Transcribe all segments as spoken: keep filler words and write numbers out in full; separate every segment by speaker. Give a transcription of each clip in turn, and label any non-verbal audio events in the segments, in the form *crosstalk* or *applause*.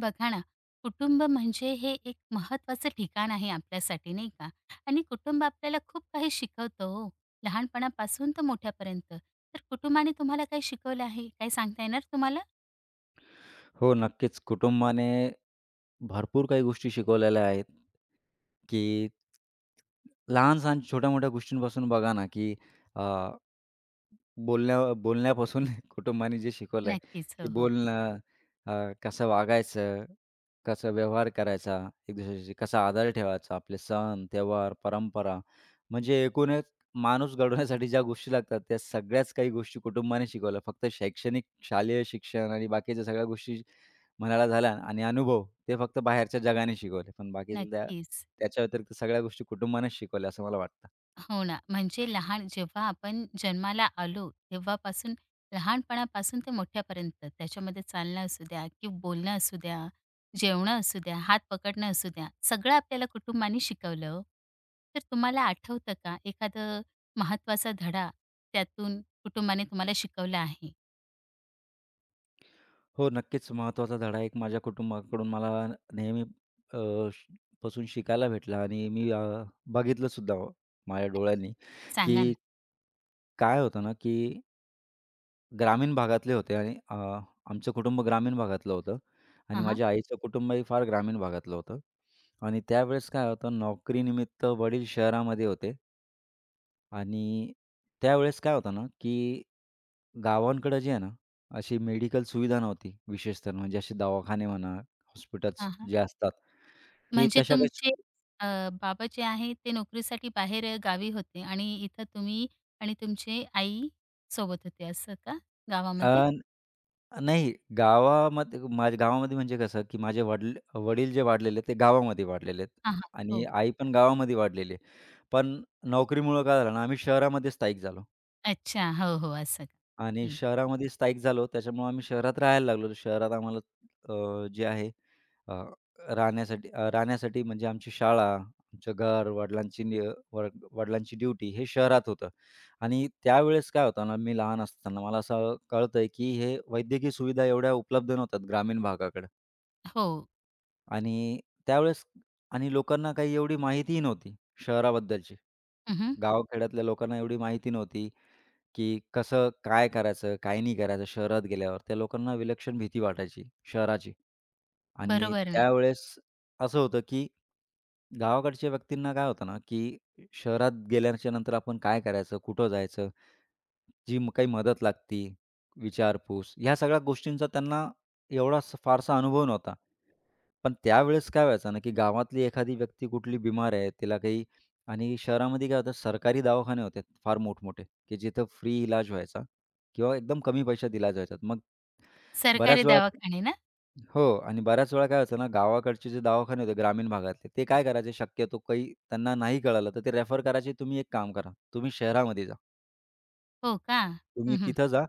Speaker 1: बघा ना, कुटुंब म्हणजे हे एक महत्त्वाचं ठिकाण आहे आपल्यासाठी नाही का? आणि कुटुंब आपल्याला खूप काही शिकवतं हो, लहानपणापासून तर मोठ्यापर्यंत. तर कुटुंबाने तुम्हाला काही शिकवलं आहे? काही सांगता येणार तुम्हाला?
Speaker 2: हो, नक्कीच. कुटुंबाने भरपूर काही गोष्टी शिकवलेल्या आहेत, की लहान-सहान, छोट्या-मोठ्या गोष्टींपासून बघा ना, की बोलण्या बोलण्यापासून *laughs* कुटुंबाने जे शिकवलंय,
Speaker 1: नक्कीच.
Speaker 2: की
Speaker 1: हो, हो.
Speaker 2: बोलणं, अ, कसं वागायचं, कसं व्यवहार करायचा, एक दुसऱ्याशी कसा आदर ठेवायचा, आपले सण, त्योहार, परंपरा, म्हणजे एकूण एक माणूस घडवण्यासाठी ज्या गोष्टी लागतात, त्या सगळ्याच काही गोष्टी कुटुंबाने शिकवल्या. फक्त शैक्षणिक, शालेय शिक्षण आणि बाकीच्या सगळ्या गोष्टी म्हणायला झाल्या आणि अनुभव, ते फक्त बाहेरच्या जगाने शिकवले. पण बाकीच्या त्या
Speaker 1: नक्कीच.
Speaker 2: त्याच्या व्यतिरिक्त सगळ्या गोष्टी कुटुंबानेच शिकवल्या, असं मला वाटतं.
Speaker 1: हो ना, म्हणजे लहान जेव्हा आपण जन्माला आलो, तेव्हापासून लहानपणापासून ते मोठ्यापर्यंत त्याच्यामध्ये चालणं असू द्या की बोलणं असू द्या, जेवणं असू द्या, हात पकडणं असू द्या, सगळं आपल्याला कुटुंबाने शिकवलं हो. तर तुम्हाला आठवतं का एखादं महत्त्वाचा धडा त्यातून कुटुंबाने तुम्हाला शिकवला आहे?
Speaker 2: हो, नक्कीच महत्त्वाचा धडा एक माझ्या कुटुंबाकडून मला नेहमी अ, श पासून शिकायला भेटला आणि मी अ, बघितलं सुद्धा हो माझ्या डोळ्यांनी,
Speaker 1: सांगा
Speaker 2: की
Speaker 1: ना?
Speaker 2: काय होतं ना, की ग्रामीण भागातले होते आणि अ, आमचं कुटुंब ग्रामीण भागातलं होतं आणि
Speaker 1: हां, हां.
Speaker 2: माझ्या आईचं कुटुंबही फार ग्रामीण भागातलं होतं आणि त्यावेळेस काय होतं नोकरीनिमित्त वडील शहरामध्ये होते आणि त्यावेळेस काय होतं ना, की गावांकडं जे आहे ना, अशी मेडिकल सुविधा नव्हती विशेषतः म्हणजे असे दवाखाने म्हणा, हॉस्पिटल्स जे असतात, की
Speaker 1: म्हणजे
Speaker 2: तशा
Speaker 1: तुमचे
Speaker 2: काही
Speaker 1: अ, बाबा जे आहे ते नोकरीसाठी बाहेर अ, गावी होते आणि इथं तुम्ही आणि तुमचे आई सोबत होते असं का
Speaker 2: अ,
Speaker 1: गावामध्ये?
Speaker 2: नाही गावामध्ये माझ्या गावामध्ये म्हणजे कसं, की माझे वडील वडील जे वाढलेले ते गावामध्ये वाढलेले आहेत
Speaker 1: हां, हां.
Speaker 2: आणि
Speaker 1: हो.
Speaker 2: आई पण गावामध्ये वाढलेली आहे. पण नोकरीमुळं काय झालं ना, आम्ही शहरामध्ये स्थायिक झालो.
Speaker 1: अच्छा. हो, हो. असं का?
Speaker 2: आणि
Speaker 1: ठीक.
Speaker 2: शहरामध्ये स्थायिक झालो, त्याच्यामुळे आम्ही शहरात राहायला लागलो. शहरात आम्हाला अ, जे आहे अ, राहण्यासाठी अ, राहण्यासाठी म्हणजे आमची शाळा, आमचं घर, वडिलांची नि अ, वड वडिलांची ड्युटी हे शहरात होतं. आणि त्यावेळेस काय होतं ना, मी लहान असताना मला असं कळतंय, की हे वैद्यकीय सुविधा एवढ्या उपलब्ध नव्हतात ग्रामीण भागाकडं.
Speaker 1: हो.
Speaker 2: आणि त्यावेळेस आणि लोकांना काही एवढी माहितीही नव्हती शहराबद्दलची.
Speaker 1: हं,
Speaker 2: गावाखेड्यातल्या लोकांना एवढी माहिती नव्हती. की कसं काय करायचं, काय नाही करायचं शहरात गेल्यावर. त्या लोकांना विलक्षण भीती वाटायची शहराची. आणि
Speaker 1: बरोबर ना.
Speaker 2: त्यावेळेस असं होतं की गावाकडच्या व्यक्तींना काय होतं ना, की शहरात गेल्याच्या नंतर आपण काय करायचं, कुठं जायचं, जी म- काही मदत लागती, विचारपूस, ह्या सगळ्या गोष्टींचा त्यांना एवढा स- फारसा अनुभव नव्हता. पण त्यावेळेस काय व्हायचं ना, की गावातली एखादी व्यक्ती कुठली बिमार आहे, तिला काही आणि शहरामध्ये काय होतं सरकारी दवाखाने होते फार मोठमोठे. की जिथं फ्री इलाज व्हायचा किंवा एकदम कमी पैशात इलाज व्हायचा. मग
Speaker 1: सरकारी
Speaker 2: बऱ्याच वेळा
Speaker 1: दवाखाने ना?
Speaker 2: हो आणि बऱ्याच वेळा काय व्हायचं ना, गावाकडचे जे दवाखाने होते ग्रामीण भागातले, ते काय करायचे शक्यतो काही त्यांना नाही कळालं, तर ते रेफर करायचे, "तुम्ही एक काम करा, तुम्ही शहरामध्ये जा.
Speaker 1: हो का?
Speaker 2: तुम्ही
Speaker 1: हं, हं.
Speaker 2: तिथं जा.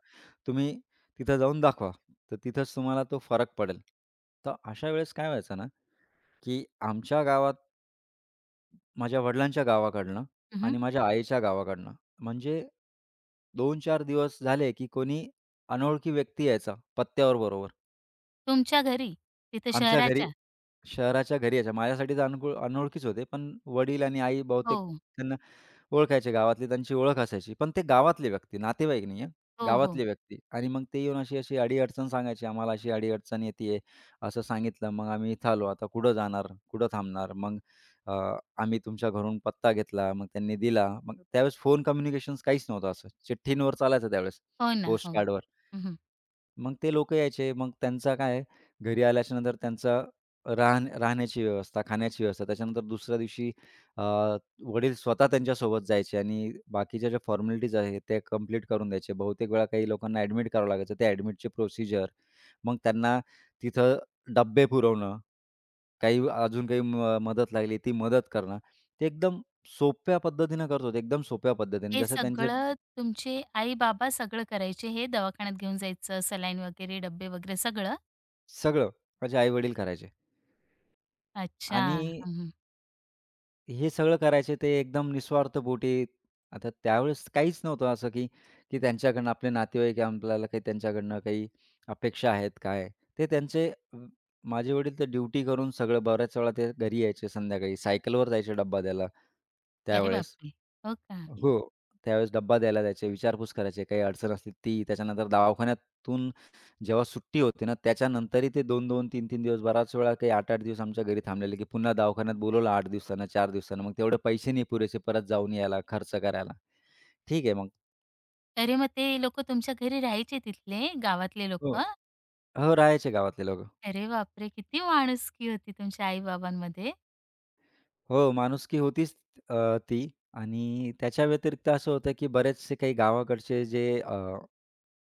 Speaker 2: तुम्ही तिथं जाऊन दाखवा. तर तिथंच तुम्हाला तो फरक पडेल." तर अशा वेळेस काय व्हायचं ना, की आमच्या गावात माझ्या वडिलांच्या गावाकडनं
Speaker 1: हं, हं.
Speaker 2: आणि माझ्या आईच्या गावाकडनं. म्हणजे दोन ते चार दिवस झाले, की कोणी अनोळखी व्यक्ती यायचा पत्त्यावर बरोबर.
Speaker 1: तुमच्या घरी? तिथं
Speaker 2: आमच्या घरी
Speaker 1: शहराच्या?
Speaker 2: शहराच्या घरी यायच्या. माझ्यासाठी तर अनकु अनोळखीच होते, पण वडील आणि आई बहुतेक
Speaker 1: हो.
Speaker 2: त्यांना ओळखायचे गावातले, त्यांची ओळख असायची. पण ते गावातले व्यक्ती, नातेवाईक नाही हां,
Speaker 1: हो, हो.
Speaker 2: गावातले व्यक्ती आणि मग ते येऊन अशी-अशी अडी-अडचण सांगायची. आम्हाला अशी अडी-अडचण येतीये, असं सांगितलं. मग आम्ही इथं आलो. आता कुठं जाणार? कुठं थांबणार? मग अ, आम्ही तुमच्या घरून पत्ता घेतला. मग त्यांनी दिला. मग त्यावेळेस फोन कम्युनिकेशन्स काहीच नव्हतं असं. चिठ्ठींवर चालायचं त्यावेळेस,
Speaker 1: हो ना.
Speaker 2: पोस्ट
Speaker 1: हो.
Speaker 2: कार्डवर.
Speaker 1: हं, हं.
Speaker 2: मग ते लोकं यायचे. मग त्यांचा काय आहे, घरी आल्याच्यानंतर त्यांचा राहण्या राहण्याची व्यवस्था, खाण्याची व्यवस्था. त्याच्यानंतर दुसऱ्या दिवशी अ, वडील स्वतः त्यांच्यासोबत जायचे आणि बाकीच्या ज्या फॉर्मॅलिटीज आहेत, त्या कंप्लीट करून द्यायचे. बहुतेक वेळा काही लोकांना ॲडमिट करावं लागायचं. त्या ॲडमिटची प्रोसिजर, मग त्यांना तिथं डब्बे पुरवणं, काही अजून काही म मदत लागली ती मदत करणं. ते एकदम सोप्या पद्धतीनं करत होते, एकदम सोप्या पद्धतीने.
Speaker 1: हे
Speaker 2: जसं त्यांचं
Speaker 1: सगळं तुमचे आई-बाबा सगळं करायचे हे दवाखान्यात घेऊन जायचं, सलाईन वगैरे, डब्बे वगैरे सगळं?
Speaker 2: सगळं माझे आई-वडील करायचे
Speaker 1: अच्छा.
Speaker 2: आणि
Speaker 1: हं, हं.
Speaker 2: हे सगळं करायचे ते एकदम निस्वार्थ बोटी. आता त्यावेळेस काहीच नव्हतं असं, की की त्यांच्याकडनं आपले नातेवाईक आहे, आपल्याला काही त्यांच्याकडनं काही अपेक्षा आहेत काय? ते त्यांचे अ, माझे वडील तर ड्युटी करून सगळं बऱ्याच वेळा ते घरी यायचे संध्याकाळी. सायकलवर जायचे डब्बा द्यायला
Speaker 1: अरे
Speaker 2: त्यावेळेस.
Speaker 1: बापरे! हो का?
Speaker 2: हो. त्यावेळेस डब्बा द्यायला जायचे, विचारपूस करायचे, काही अडचण असली ती. त्याच्यानंतर दवाखान्यातून जेव्हा सुट्टी होते ना, त्याच्यानंतरही ते दोन दोन, तीन तीन दिवस बराच वेळा काही आठ आठ दिवस आमच्या घरी थांबलेले, की पुन्हा दवाखान्यात बोलवलं आठ दिवसानं, चार दिवसानं. मग तेवढे पैसे नाही पुरेसे परत जाऊन यायला, खर्च करायला. ठीक आहे मग.
Speaker 1: अरे मग ते लोकं तुमच्या घरी राहायचे तिथले, गावातले
Speaker 2: हो.
Speaker 1: लोकं?
Speaker 2: हो, राहायचे गावातले लोकं.
Speaker 1: अरे बापरे! किती माणुसकी होती तुमच्या आई-बाबांमध्ये.
Speaker 2: हो, माणुसकी होतीच अ, ती आणि त्याच्या व्यतिरिक्त असं होतं, की बरेचसे काही गावाकडचे जे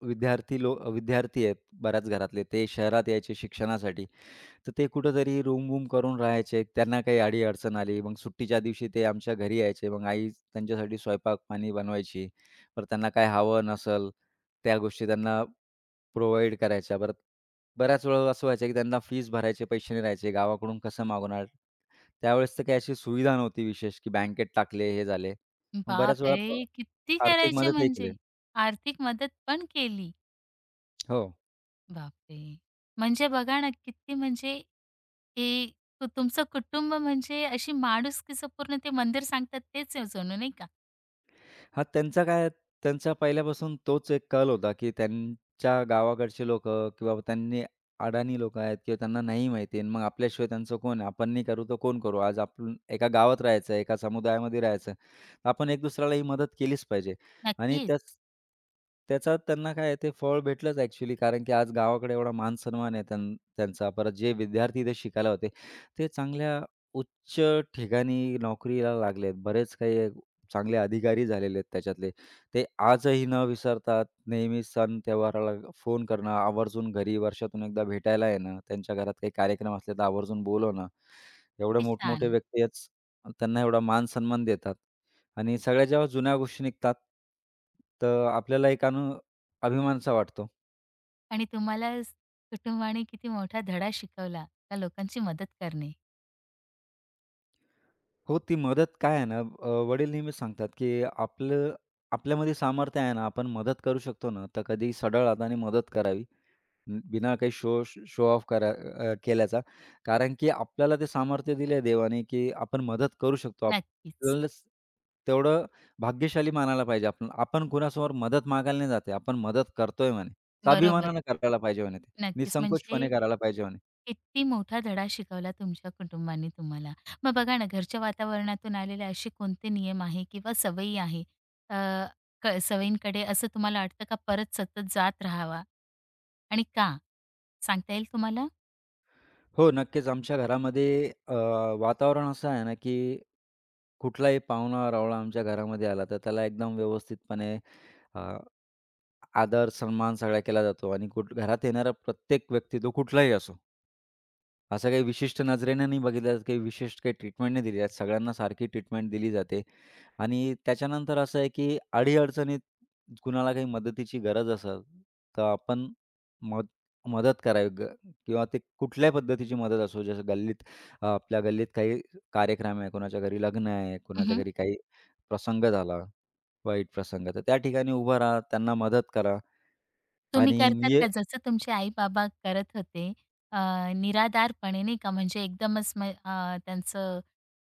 Speaker 2: विद्यार्थी लो विद्यार्थी आहेत बऱ्याच घरातले. ते शहरात यायचे शिक्षणासाठी. तर ते कुठेतरी रूम-वूम करून राहायचे. त्यांना काही अडी-अडचण आली. मग सुट्टीच्या दिवशी ते आमच्या घरी यायचे. मग आई त्यांच्यासाठी स्वयंपाक-पाणी बनवायची. परत त्यांना काय हवं नसेल त्या गोष्टी त्यांना प्रोव्हाईड करायच्या. परत बऱ्याच वेळा असं व्हायचं की त्यांना फीस भरायचे पैसे नाही राहायचे. गावाकडून कसं मागवणार? त्यावेळेस तर काही अशी सुविधा नव्हती विशेष की बँकेत टाकले, हे झाले. मग बऱ्याच वेळा प
Speaker 1: बापरे! किती
Speaker 2: आर्थिक
Speaker 1: करायचे
Speaker 2: मदतही केली.
Speaker 1: म्हणजे. आर्थिक मदत पण केली.
Speaker 2: हो.
Speaker 1: बापरे! म्हणजे बघा ना, किती म्हणजे हे तु तुमचं कुटुंब म्हणजे अशी माणुसकीचं पूर्ण ते मंदिर सांगतात तेच आहे जणू नाही का?
Speaker 2: हां, त्यांचा काय त्यांचा पहिल्यापासून तोच एक कल होता, की त्यांच्या गावाकडचे लोकं किंवा त्यांनी अडाणी लोकं आहेत किंवा त्यांना नाही माहिती आहे. मग आपल्याशिवाय त्यांचं कोण आहे? आपण नाही करू तर कोण करू? आज आपण एका गावात राहायचं, एका समुदायामध्ये राहायचं. तर आपण एक दुसऱ्याला ही मदत केलीच पाहिजे आणि
Speaker 1: नक्कीच.
Speaker 2: त्याच त्याचा त्यांना काय आहे ते फळ भेटलंच ॲक्चुअली कारण की आज गावाकडे एवढा मान-सन्मान आहे त्यां त्यांचा. परत जे विद्यार्थी इथे शिकायला होते, ते चांगल्या उच्च ठिकाणी नोकरीला लागलेत. बरेच काही चांगले अधिकारी झालेले आहेत त्याच्यातले. ते आजही न विसरतात. नेहमी सण त्योहाराला फोन करणं, आवर्जून घरी वर्षातून एकदा भेटायला येणं, त्यांच्या घरात काही कार्यक्रम असले तर आवर्जून बोलवणं. एवढे
Speaker 1: किती
Speaker 2: मोठमोठे
Speaker 1: छान.
Speaker 2: व्यक्ती आहेत, त्यांना एवढा मान-सन्मान देतात आणि सगळ्या जेव्हा जुन्या गोष्टी निघतात, तर आपल्याला एक अनु अभिमानसा वाटतो.
Speaker 1: आणि तुम्हाला स- कुटुंबाने किती मोठा धडा शिकवला, त्या लोकांची मदत करणे.
Speaker 2: हो, ती मदत काय आहे ना, अ, वडील नेहमीच सांगतात, की आपलं आपल्यामध्ये सामर्थ्य आहे ना, आपण मदत करू शकतो ना, तर कधी सढळ हाताने मदत करावी. न बिना काही शो शो ऑफ करा अ, केल्याचा. कारण की आपल्याला ते सामर्थ्य दिले देवाने, की आपण मदत करू शकतो.
Speaker 1: नक्कीच.
Speaker 2: आपल्यालाच तेवढं भाग्यशाली मानायला पाहिजे आपण. आपण कुणासमोर मदत मागायला नाही जात आहे. आपण मदत करतोय म्हणे.
Speaker 1: बरोबर.
Speaker 2: स्वाभिमानानं करायला पाहिजे म्हणे ते.
Speaker 1: नक्कीच.
Speaker 2: निःसंकोचपणे
Speaker 1: म्हणजे
Speaker 2: करायला पाहिजे म्हणे.
Speaker 1: किती मोठा धडा शिकवला तुमच्या कुटुंबाने तुम्हाला. मग बघा ना, घरच्या वातावरणातून आलेले असे कोणते नियम आहे किंवा सवयी आहे, अ, क सवयींकडे असं तुम्हाला वाटतं का परत सतत जात राहावा आणि का? सांगता येईल तुम्हाला?
Speaker 2: हो, नक्कीच आमच्या घरामध्ये अ, वातावरण असं आहे ना, की कुठलाही पाहुणा-रावळा आमच्या घरामध्ये आला, तर त्याला एकदम व्यवस्थितपणे अ आदर, सन्मान सगळा केला जातो आणि कुठ घरात येणारा प्रत्येक व्यक्ती तो कुठलाही असो, असं काही विशिष्ट नजरेने नाही बघितलं जात, काही विशिष्ट काही ट्रीटमेंट नाही दिली जात. सगळ्यांना सारखी ट्रीटमेंट दिली जाते आणि त्याच्यानंतर असं आहे की अडी कुणाला काही मदतीची गरज असेल, तर आपण मद मदत करावी ग किंवा ते कुठल्याही पद्धतीची मदत असो, जसं गल्लीत अ, आपल्या गल्लीत काही कार्यक्रम आहे, कोणाच्या घरी लग्न आहे, कोणाच्या
Speaker 1: हं,
Speaker 2: घरी काही प्रसंग झाला, वाईट प्रसंग, तर त्या ठिकाणी उभं राहा, त्यांना मदत करा.
Speaker 1: तुम्ही
Speaker 2: आणि
Speaker 1: करतात
Speaker 2: निय
Speaker 1: का जसं तुमचे आई-बाबा करत होते, अ, निराधारपणे नाही का म्हणजे एकदमच म अ, त्यांचं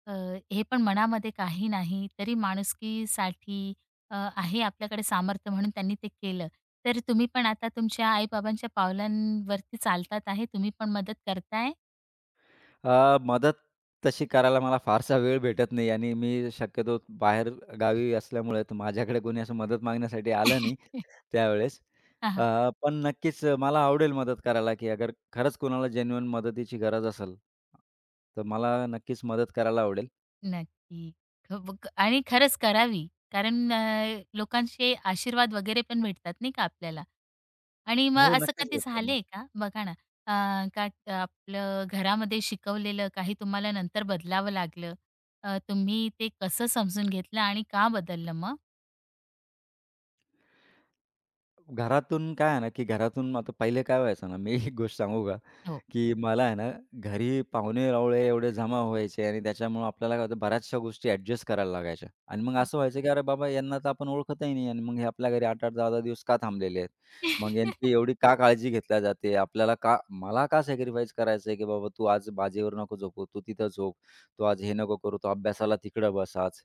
Speaker 1: अ, हे पण मनामध्ये काही नाही, तरी माणुसकीसाठी अ, आहे आपल्याकडे सामर्थ्य म्हणून त्यांनी ते केलं. तर तुम्ही पण आता तुमच्या आई-बाबांच्या पावलांवरती चालतात आहे. तुम्ही पण मदत करताय.
Speaker 2: अ, मदत तशी करायला मला फारसा वेळ भेटत नाही आणि मी शक्यतो बाहेर गावी असल्यामुळे तर माझ्याकडे कोणी असं मदत मागण्यासाठी आलं नाही
Speaker 1: *laughs*
Speaker 2: त्यावेळेस.
Speaker 1: हां,
Speaker 2: अ,
Speaker 1: हां.
Speaker 2: पण नक्कीच मला आवडेल मदत करायला, की अगर खरंच कोणाला जेन्युइन मदतीची गरज असेल, तर मला नक्कीच मदत करायला आवडेल.
Speaker 1: नक्की. ख ब- क- आणि खरंच करावी. कारण अ, लोकांचे आशीर्वाद वगैरे पण भेटतात नाही का आपल्याला. आणि मग
Speaker 2: हो,
Speaker 1: असं
Speaker 2: नक्कीच
Speaker 1: कधी
Speaker 2: भेटतात ना.
Speaker 1: झालंय का? बघा ना, अ, का आपलं घरामध्ये शिकवलेलं काही तुम्हाला नंतर बदलावं लागलं? अ, तुम्ही ते कसं समजून घेतलं आणि का बदललं मग?
Speaker 2: घरातून काय आहे ना, की घरातून आता पहिले काय व्हायचं ना, मी एक गोष्ट सांगू का?
Speaker 1: हो.
Speaker 2: की मला आहे ना, घरी पाहुणे-रावळे एवढे जमा व्हायचे आणि त्याच्यामुळं आपल्याला काय होतं, बऱ्याचशा गोष्टी ॲडजस्ट करायला लागायच्या. आणि मग असं व्हायचं, की अरे बाबा, यांना तर आपण ओळखतही नाही आणि मग हे आपल्या घरी आठ आठ, दहा दहा दिवस का थांबलेले आहेत? मग यांची
Speaker 1: *laughs*
Speaker 2: एवढी का काळजी घेतल्या जाते? आपल्याला का मला का सॅक्रिफाईस करायचं आहे, की बाबा तू आज बाजेवर नको झोपू, तू तिथं झोप. तू आज हे नको करू, तू अभ्यासाला तिकडं बस आज.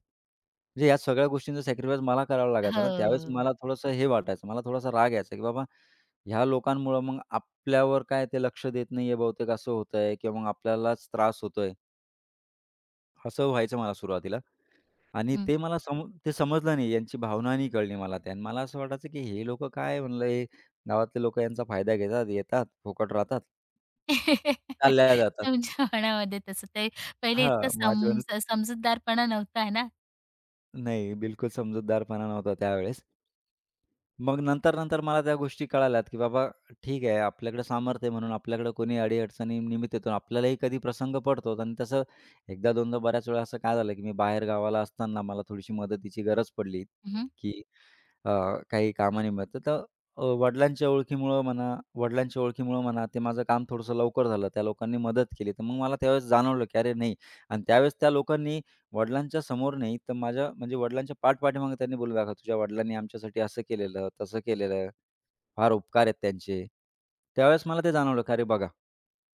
Speaker 2: म्हणजे या सगळ्या गोष्टींचा सॅक्रिफाईस मला करावा लागायचा ना. त्यावेळेस
Speaker 1: हो.
Speaker 2: मला थोडंसं हे वाटायचं, मला थोडासा राग यायचा, की बाबा ह्या लोकांमुळं मग आपल्यावर काय ते लक्ष देत नाहीये बहुतेक असं होतंय किंवा मग आपल्यालाच त्रास होतोय. असं व्हायचं मला सुरुवातीला आणि
Speaker 1: हं.
Speaker 2: ते मला सम ते समजलं नाही. यांची भावना नाही कळली मला त्या आणि मला असं वाटायचं, की हे लोकं काय म्हणलं हे गावातले लोकं यांचा फायदा घेतात, येतात, फुकट राहतात, चालल्या
Speaker 1: *laughs*
Speaker 2: जातात.
Speaker 1: तुमच्या मनामध्ये तसं ते पहिले इतकं
Speaker 2: हां, माझ्यावानी
Speaker 1: समज समजूतदारपणा नव्हता ना.
Speaker 2: नाही, बिलकुल समजूतदारपणा नव्हता त्यावेळेस. मग नंतर-नंतर मला त्या गोष्टी कळाल्यात, की बाबा ठीक आहे, आपल्याकडे सामर्थ्य आहे म्हणून आपल्याकडे कोणी अडी-अडचणी निमित्त येतो. आपल्यालाही कधी प्रसंग पडतो आणि तसं एकदा-दोनदा बऱ्याच वेळा असं काय झालं, की मी बाहेर गावाला असताना मला थोडीशी मदतीची गरज पडली,
Speaker 1: हं,
Speaker 2: की अ, काही कामानिमित्त. तर अ, वडिलांच्या ओळखीमुळं म्हणा वडिलांच्या ओळखीमुळं म्हणा, ते माझं काम थोडंसं लवकर झालं. त्या लोकांनी मदत केली. तर मग मला त्यावेळेस जाणवलं, की अरे नाही आणि त्यावेळेस त्या लोकांनी वडिलांच्या समोर नाही, तर माझ्या म्हणजे वडिलांच्या पाठपाठीमागे त्यांनी बोलले, "बघा तुझ्या वडिलांनी आमच्यासाठी असं केलेलं, तसं केलेलं, फार उपकार आहेत त्यांचे." त्यावेळेस मला ते जाणवलं, की अरे बघा,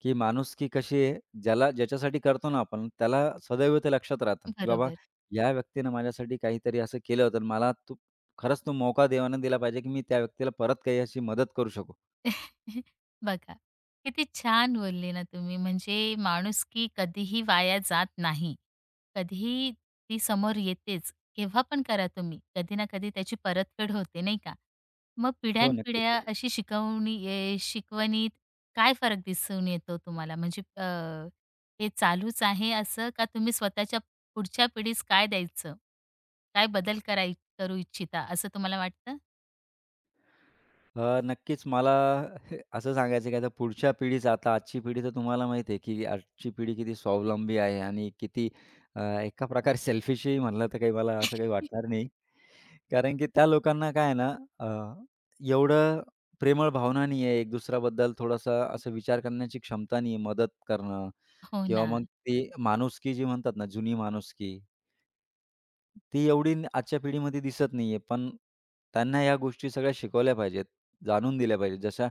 Speaker 2: की माणुसकी कशी आहे, ज्याला ज्याच्यासाठी करतो ना आपण, त्याला सदैव ते लक्षात राहतं, की बाबा
Speaker 1: बरोबर.
Speaker 2: या व्यक्तीनं माझ्यासाठी काहीतरी असं केलं होतं मला तो खरंच तो मौका देवानं दिला पाहिजे, की मी त्या व्यक्तीला परत काही अशी मदत करू शकू.
Speaker 1: *laughs* बघा, किती छान बोलले ना तुम्ही. म्हणजे माणुसकी कधीही वाया जात नाही. कधीही ती समोर येतेच. केव्हा पण करा तुम्ही. कधी ना कधी त्याची परतफेड होते, नाही का? मग
Speaker 2: हो, नक्कीच.
Speaker 1: पिढ्यानपिढ्या अशी शिकवणी ए शिकवणीत काय फरक दिसून येतो तुम्हाला? म्हणजे अ, हे चालूच आहे असं का तुम्ही स्वतःच्या पुढच्या पिढीस काय द्यायचं? काय बदल कराय करू इच्छिता असं तुम्हाला वाटतं?
Speaker 2: अ, नक्कीच मला *laughs* असं सांगायचं की आता पुढच्या पिढीचं आता आजची पिढी तर तुम्हाला माहिती आहे की आजची पिढी किती स्वावलंबी आहे आणि किती अ, एका प्रकारे सेल्फिशही म्हणलं तर काही मला असं काही
Speaker 1: *laughs*
Speaker 2: वाटणार नाही. कारण की त्या लोकांना काय आहे ना अ, एवढं प्रेमळ भावना नाही आहे. एक दुसऱ्याबद्दल थोडासा असं विचार करण्याची क्षमता नाही आहे. मदत करणं
Speaker 1: हो
Speaker 2: किंवा
Speaker 1: ना.
Speaker 2: मग ती माणुसकी जी म्हणतात ना जुनी माणुसकी ती एवढी न- आजच्या पिढीमध्ये दिसत नाहीये, पण त्यांना ह्या गोष्टी सगळ्या शिकवल्या पाहिजेत, जाणून दिल्या पाहिजेत. जशा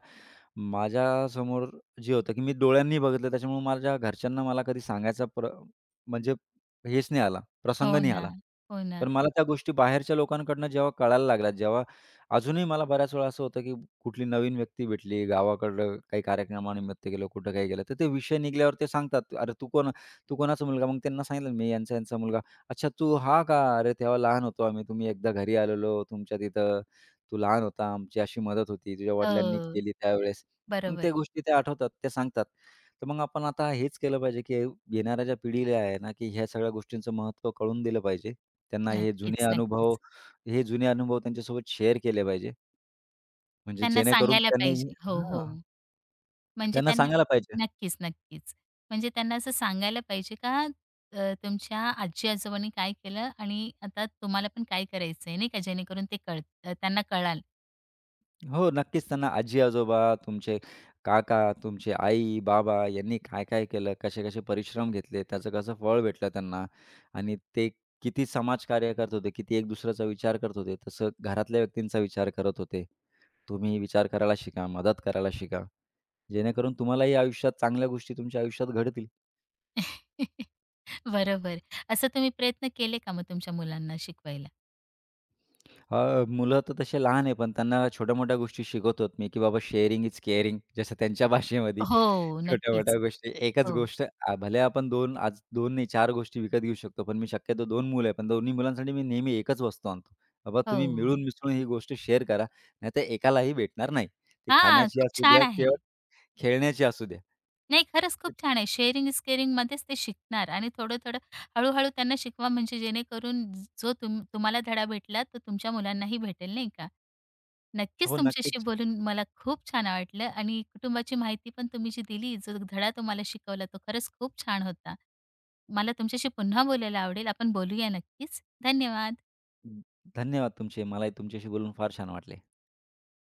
Speaker 2: माझ्यासमोर जे होतं, की मी डोळ्यांनी बघितलं त्याच्यामुळे माझ्या घरच्यांना मला कधी सांगायचा प्र म्हणजे हेच नाही आला,
Speaker 1: हो
Speaker 2: प्रसंग नाही
Speaker 1: ना.
Speaker 2: आला.
Speaker 1: हो ना.
Speaker 2: पण मला त्या गोष्टी बाहेरच्या लोकांकडनं जेव्हा कळायला लागल्या, जेव्हा अजूनही मला बऱ्याच वेळा असं होतं, की कुठली नवीन व्यक्ती भेटली, गावाकडं काही कार्यक्रमानिमित्त गेलो, कुठं काही गेलं, तर ते विषय निघाल्यावर ते सांगतात, "अरे तू कोण तू कोणाचा मुलगा?" मग त्यांना सांगितलं, "मी यांचा यांचा मुलगा." "अच्छा तू हा का? अरे तेव्हा लहान होतो आम्ही. तुम्ही एकदा घरी आलेलो तुमच्या तिथं. तू लहान होता. आमची अशी मदत होती. तुझ्या
Speaker 1: हो,
Speaker 2: वडिलांनी केली त्यावेळेस." मग
Speaker 1: बरोबर.
Speaker 2: त्या गोष्टी त्या आठवतात, त्या सांगतात. तर मग आपण आता हेच केलं पाहिजे, की येणाऱ्या ज्या पिढीला आहे ना, की ह्या सगळ्या गोष्टींचं महत्त्व कळून दिलं पाहिजे. त्यांना हे जुने
Speaker 1: नक्कीच,
Speaker 2: अनुभव
Speaker 1: नक्कीच.
Speaker 2: हे जुने अनुभव त्यांच्यासोबत शेअर केले पाहिजे. म्हणजे
Speaker 1: त्यांना
Speaker 2: जेणेकरून
Speaker 1: सांगायला
Speaker 2: त्यांनी
Speaker 1: पाहिजे. हो, हो.
Speaker 2: हां,
Speaker 1: म्हणजे
Speaker 2: त्यांना
Speaker 1: त्यांना
Speaker 2: सांगायला पाहिजे.
Speaker 1: नक्कीच, नक्कीच. म्हणजे त्यांना असं सांगायला पाहिजे का अ, तुमच्या आजी-आजोबांनी काय केलं आणि आता तुम्हाला पण काय करायचंय, नाही का? जेणेकरून ते कळ त्यांना कळाल.
Speaker 2: हो, नक्कीच त्यांना आजी-आजोबा, तुमचे काका, तुमचे आई-बाबा यांनी काय-काय केलं, कसे-कसे परिश्रम घेतले, त्याचं कसं फळ भेटलं त्यांना आणि ते किती समाजकार्य करत होते, किती एक दुसऱ्याचा विचार करत होते, तसं घरातल्या व्यक्तींचा विचार करत होते. तुम्ही विचार करायला शिका, मदत करायला शिका, जेणेकरून तुम्हालाही आयुष्यात चांगल्या गोष्टी तुमच्या आयुष्यात घडतील.
Speaker 1: *laughs* बरोबर. असं तुम्ही प्रयत्न केले का मग तुमच्या मुलांना शिकवायला?
Speaker 2: अ, मुलं तर तसे लहान आहे, पण त्यांना छोट्या-मोठ्या गोष्टी शिकवतो मी, की बाबा शेअरिंग इज केअरिंग जसं त्यांच्या भाषेमध्ये.
Speaker 1: हो,
Speaker 2: छोट्या-मोठ्या
Speaker 1: नक्कीच.
Speaker 2: गोष्टी
Speaker 1: हो,
Speaker 2: एकच गोष्ट आ, भले आपण दोन आज दोन नाही चार गोष्टी विकत घेऊ शकतो, पण मी शक्यतो दोन मुलं आहे, पण दोन्ही मुलांसाठी मी नेहमी एकच वस्तू आणतो. बाबा तुम्ही
Speaker 1: हो.
Speaker 2: मिळून-मिसळून ही गोष्ट शेअर करा, नाहीतर एकालाही भेटणार नाही. ती
Speaker 1: हां,
Speaker 2: खाण्याची
Speaker 1: खूप
Speaker 2: असू
Speaker 1: छान
Speaker 2: द्या
Speaker 1: आहे.
Speaker 2: किंवा खेळण्याची असू द्या.
Speaker 1: नाही, खरंच खूप छान आहे. शेअरिंग इज केअरिंगमध्येच ते शिकणार आणि थोडं-थोडं, हळू-हळू त्यांना शिकवा म्हणजे जेणेकरून जो तुम तुम्हाला धडा भेटला, तो तुमच्या मुलांनाही भेटेल, नाही का?
Speaker 2: हो,
Speaker 1: नक्कीच तुमच्याशी
Speaker 2: नक्कीच.
Speaker 1: बोलून मला खूप छान वाटलं आणि कुटुंबाची माहिती पण तुम्ही जी दिली, जो धडा तुम्हाला शिकवला, तो खरंच खूप छान होता. मला तुमच्याशी पुन्हा बोलायला आवडेल. आपण बोलूया नक्कीच. धन्यवाद.
Speaker 2: धन्यवाद तुमचे. मलाही तुमच्याशी बोलून फार छान वाटले.